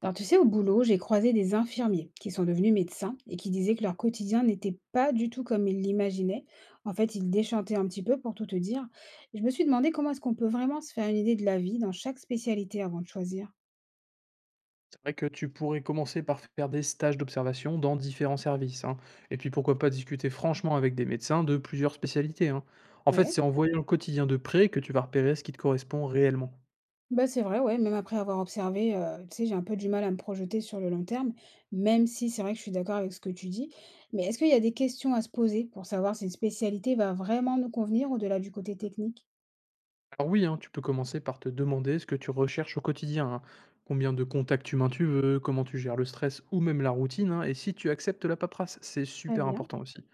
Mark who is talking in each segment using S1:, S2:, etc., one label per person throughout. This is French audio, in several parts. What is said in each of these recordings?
S1: Alors, tu sais, au boulot, j'ai croisé des infirmiers qui sont devenus médecins et qui disaient que leur quotidien n'était pas du tout comme ils l'imaginaient. En fait, ils déchantaient un petit peu pour tout te dire. Je me suis demandé comment est-ce qu'on peut vraiment se faire une idée de la vie dans chaque spécialité avant de choisir.
S2: C'est vrai que tu pourrais commencer par faire des stages d'observation dans différents services, hein. Et puis pourquoi pas discuter franchement avec des médecins de plusieurs spécialités, hein. En fait,
S1: Ouais,
S2: c'est en voyant le quotidien de près que tu vas repérer ce qui te correspond réellement.
S1: bah c'est vrai, ouais, même après avoir observé, tu sais, j'ai un peu du mal à me projeter sur le long terme, même si c'est vrai que je suis d'accord avec ce que tu dis. Mais est-ce qu'il y a des questions à se poser pour savoir si une spécialité va vraiment nous convenir au-delà du côté technique?
S2: Alors oui, hein, tu peux commencer par te demander ce que tu recherches au quotidien, hein. Combien de contacts humains tu veux, comment tu gères le stress ou même la routine, hein, et si tu acceptes la paperasse, c'est
S1: Très
S2: super
S1: bien.
S2: important aussi.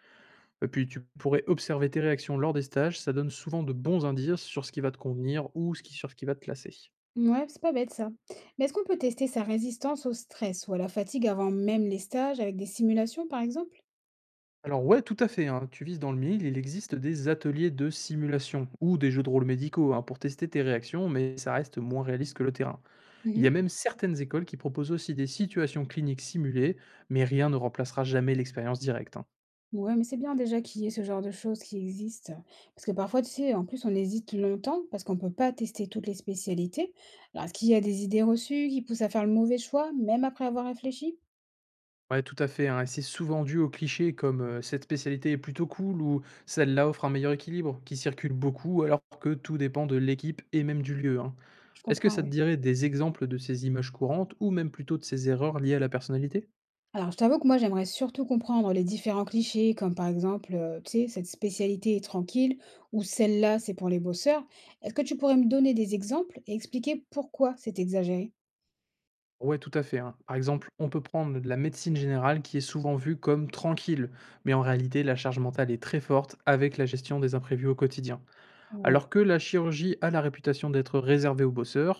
S2: Et puis tu pourrais observer tes réactions lors des stages, ça donne souvent de bons indices sur ce qui va te convenir ou sur ce qui va te classer.
S1: Ouais, c'est pas bête ça. Mais est-ce qu'on peut tester sa résistance au stress ou à la fatigue avant même les stages avec des simulations, par exemple?
S2: Alors ouais, tout à fait, hein, tu vises dans le mille, il existe des ateliers de simulation ou des jeux de rôle médicaux, hein, pour tester tes réactions, mais ça reste moins réaliste que le terrain. Il y a
S1: Mhm.
S2: même certaines écoles qui proposent aussi des situations cliniques simulées, mais rien ne remplacera jamais l'expérience directe, hein.
S1: Ouais, mais c'est bien déjà qu'il y ait ce genre de choses qui existent. Parce que parfois, tu sais, en plus, on hésite longtemps parce qu'on peut pas tester toutes les spécialités. Alors, est-ce qu'il y a des idées reçues qui poussent à faire le mauvais choix, même après avoir réfléchi?
S2: Ouais, tout à fait, hein, et c'est souvent dû aux clichés comme cette spécialité est plutôt cool ou celle-là offre un meilleur équilibre, qui circulent beaucoup alors que tout dépend de l'équipe et même du lieu, hein.
S1: Je
S2: Est-ce que
S1: comprends,
S2: ça te
S1: ouais.
S2: dirait des exemples de ces images courantes ou même plutôt de ces erreurs liées à la personnalité?
S1: Alors, je t'avoue que moi, j'aimerais surtout comprendre les différents clichés, comme par exemple, tu sais, cette spécialité est tranquille ou celle-là, c'est pour les bosseurs. Est-ce que tu pourrais me donner des exemples et expliquer pourquoi c'est exagéré?
S2: Ouais, tout à fait, hein. Par exemple, on peut prendre la médecine générale qui est souvent vue comme tranquille, mais en réalité, la charge mentale est très forte avec la gestion des imprévus au quotidien. Alors
S1: Ouais.
S2: que la chirurgie a la réputation d'être réservée aux bosseurs,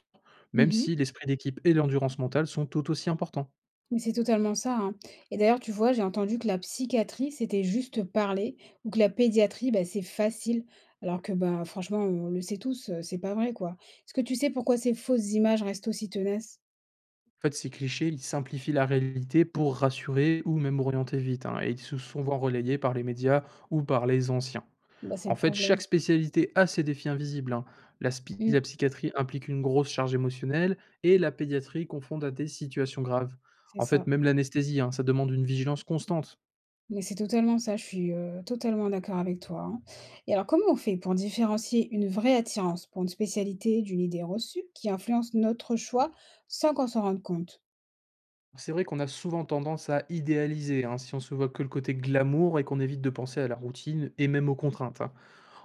S2: même si
S1: Mmh.
S2: l'esprit d'équipe et l'endurance mentale sont tout aussi importants.
S1: Mais c'est totalement ça, hein. Et d'ailleurs, tu vois, j'ai entendu que la psychiatrie, c'était juste parler ou que la pédiatrie, bah, c'est facile, alors que, bah, franchement, on le sait tous, c'est pas vrai, quoi. Est-ce que tu sais pourquoi ces fausses images restent aussi tenaces?
S2: En fait, ces clichés, ils simplifient la réalité pour rassurer ou même orienter vite, hein, et ils se sont souvent relayés par les médias ou par les anciens.
S1: Bah, c'est
S2: En
S1: le
S2: fait, chaque
S1: problème.
S2: spécialité a ses défis invisibles, hein. La
S1: Mmh,
S2: psychiatrie implique une grosse charge émotionnelle et la pédiatrie confronte à des situations graves.
S1: c'est
S2: En fait,
S1: ça.
S2: même l'anesthésie, hein, ça demande une vigilance constante.
S1: Mais c'est totalement ça, je suis, totalement d'accord avec toi, hein. Et alors comment on fait pour différencier une vraie attirance pour une spécialité d'une idée reçue qui influence notre choix sans qu'on s'en rende compte?
S2: C'est vrai qu'on a souvent tendance à idéaliser, hein, si on se voit que le côté glamour et qu'on évite de penser à la routine et même aux contraintes, hein.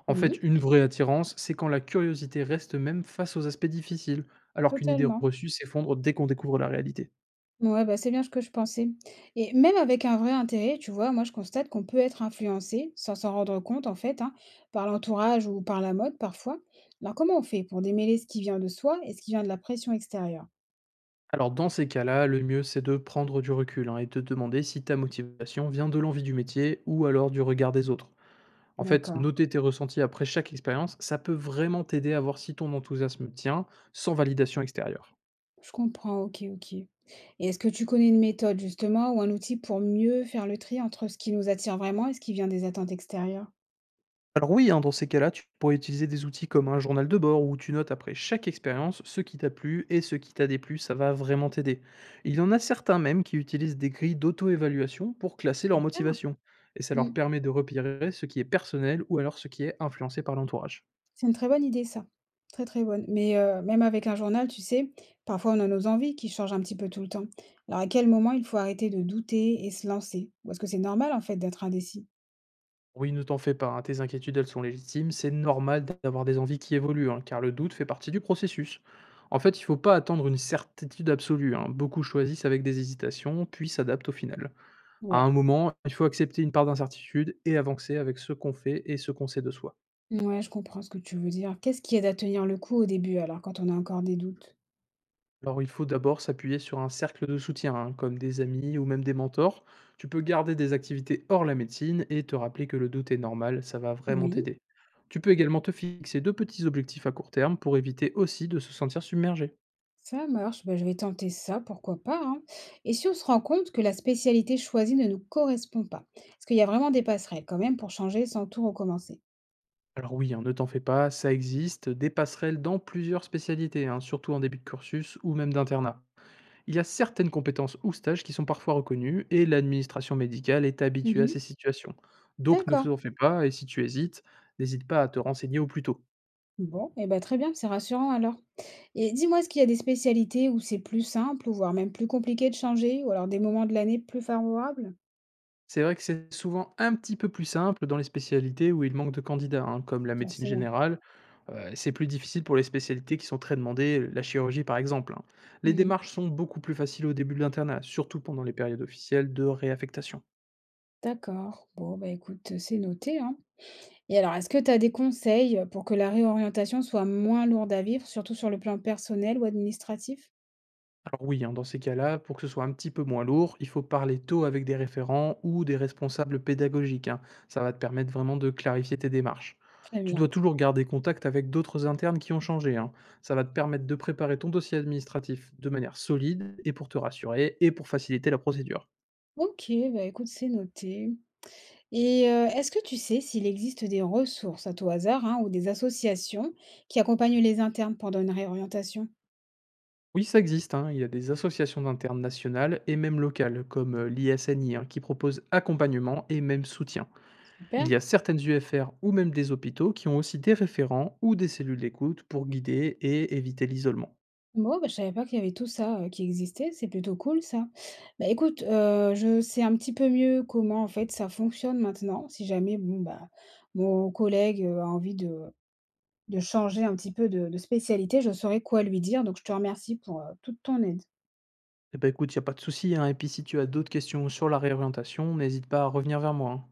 S2: En fait,
S1: Oui.
S2: une vraie attirance, c'est quand la curiosité reste même face aux aspects difficiles, alors qu'une idée
S1: Totalement.
S2: reçue s'effondre dès qu'on découvre la réalité.
S1: Ouais, bah, c'est bien ce que je pensais. Et même avec un vrai intérêt, tu vois, moi je constate qu'on peut être influencé sans s'en rendre compte en fait, hein, par l'entourage ou par la mode parfois. Alors comment on fait pour démêler ce qui vient de soi et ce qui vient de la pression extérieure?
S2: Alors dans ces cas-là, le mieux c'est de prendre du recul, hein, et de te demander si ta motivation vient de l'envie du métier ou alors du regard des autres. En fait,
S1: D'accord.
S2: noter tes ressentis après chaque expérience, ça peut vraiment t'aider à voir si ton enthousiasme tient sans validation extérieure.
S1: Je comprends, OK, OK. Et est-ce que tu connais une méthode justement ou un outil pour mieux faire le tri entre ce qui nous attire vraiment et ce qui vient des attentes extérieures?
S2: Alors oui, hein, dans ces cas-là, tu pourrais utiliser des outils comme un journal de bord où tu notes après chaque expérience ce qui t'a plu et ce qui t'a déplu, ça va vraiment t'aider. Il y en a certains même qui utilisent des grilles d'auto-évaluation pour classer leur
S1: Super.
S2: motivation, et ça leur
S1: Mmh.
S2: permet de repérer ce qui est personnel ou alors ce qui est influencé par l'entourage.
S1: C'est une très bonne idée ça. Très, très bonne. Mais, même avec un journal, tu sais, parfois on a nos envies qui changent un petit peu tout le temps. Alors à quel moment il faut arrêter de douter et se lancer? Ou est-ce que c'est normal en fait d'être indécis?
S2: Oui, ne t'en fais pas, hein, tes inquiétudes elles sont légitimes, c'est normal d'avoir des envies qui évoluent, hein, car le doute fait partie du processus. En fait, il ne faut pas attendre une certitude absolue, hein, beaucoup choisissent avec des hésitations, puis s'adaptent au final. À
S1: Ouais.
S2: un moment, il faut accepter une part d'incertitude et avancer avec ce qu'on fait et ce qu'on sait de soi.
S1: Ouais, je comprends ce que tu veux dire. Qu'est-ce qui aide à tenir le coup au début alors quand on a encore des doutes?
S2: Alors il faut d'abord s'appuyer sur un cercle de soutien, hein, comme des amis ou même des mentors. Tu peux garder des activités hors la médecine et te rappeler que le doute est normal, ça va vraiment
S1: Oui.
S2: t'aider. Tu peux également te fixer de petits objectifs à court terme pour éviter aussi de se sentir submergé.
S1: Ça marche, bah, je vais tenter ça, pourquoi pas, hein. Et si on se rend compte que la spécialité choisie ne nous correspond pas, est-ce qu'il y a vraiment des passerelles quand même pour changer sans tout recommencer?
S2: Alors oui, hein, ne t'en fais pas, ça existe, des passerelles dans plusieurs spécialités, hein, surtout en début de cursus ou même d'internat. Il y a certaines compétences ou stages qui sont parfois reconnus et l'administration médicale est habituée à
S1: Mhm.
S2: ces situations. Donc ne
S1: D'accord.
S2: t'en fais pas et si tu hésites, n'hésite pas à te renseigner au plus tôt.
S1: Bon, et ben très bien, c'est rassurant alors. Et dis-moi, est-ce qu'il y a des spécialités où c'est plus simple, ou voire même plus compliqué de changer, ou alors des moments de l'année plus favorables?
S2: C'est vrai que c'est souvent un petit peu plus simple dans les spécialités où il manque de candidats, hein, comme la médecine
S1: Forcément.
S2: générale. C'est plus difficile pour les spécialités qui sont très demandées, la chirurgie par exemple, hein. Les
S1: Mhm.
S2: démarches sont beaucoup plus faciles au début de l'internat, surtout pendant les périodes officielles de réaffectation.
S1: D'accord. Bon, bah écoute, c'est noté, hein. Et alors, est-ce que tu as des conseils pour que la réorientation soit moins lourde à vivre, surtout sur le plan personnel ou administratif?
S2: Alors oui, hein, dans ces cas-là, pour que ce soit un petit peu moins lourd, il faut parler tôt avec des référents ou des responsables pédagogiques, hein. Ça va te permettre vraiment de clarifier tes démarches.
S1: Très
S2: Tu dois
S1: bien.
S2: toujours garder contact avec d'autres internes qui ont changé, hein. Ça va te permettre de préparer ton dossier administratif de manière solide et pour te rassurer et pour faciliter la procédure.
S1: OK, bah, écoute, c'est noté et est-ce que tu sais s'il existe des ressources à tout hasard, hein, ou des associations qui accompagnent les internes pendant une réorientation?
S2: Oui, ça existe, hein. Il y a des associations d'internes nationales et même locales, comme l'ISNI, qui proposent accompagnement et même soutien. Il
S1: Super.
S2: y a certaines UFR ou même des hôpitaux qui ont aussi des référents ou des cellules d'écoute pour guider et éviter l'isolement.
S1: Bon, bah, je savais pas qu'il y avait tout ça, qui existait, c'est plutôt cool ça. Bah, écoute, je sais un petit peu mieux comment, en fait, ça fonctionne maintenant, si jamais, bon, bah, mon collègue, a envie de changer un petit peu de spécialité, je saurais quoi lui dire, donc je te remercie pour, toute ton aide.
S2: Eh ben écoute, il n'y a pas de souci, hein, et puis si tu as d'autres questions sur la réorientation, n'hésite pas à revenir vers moi, hein.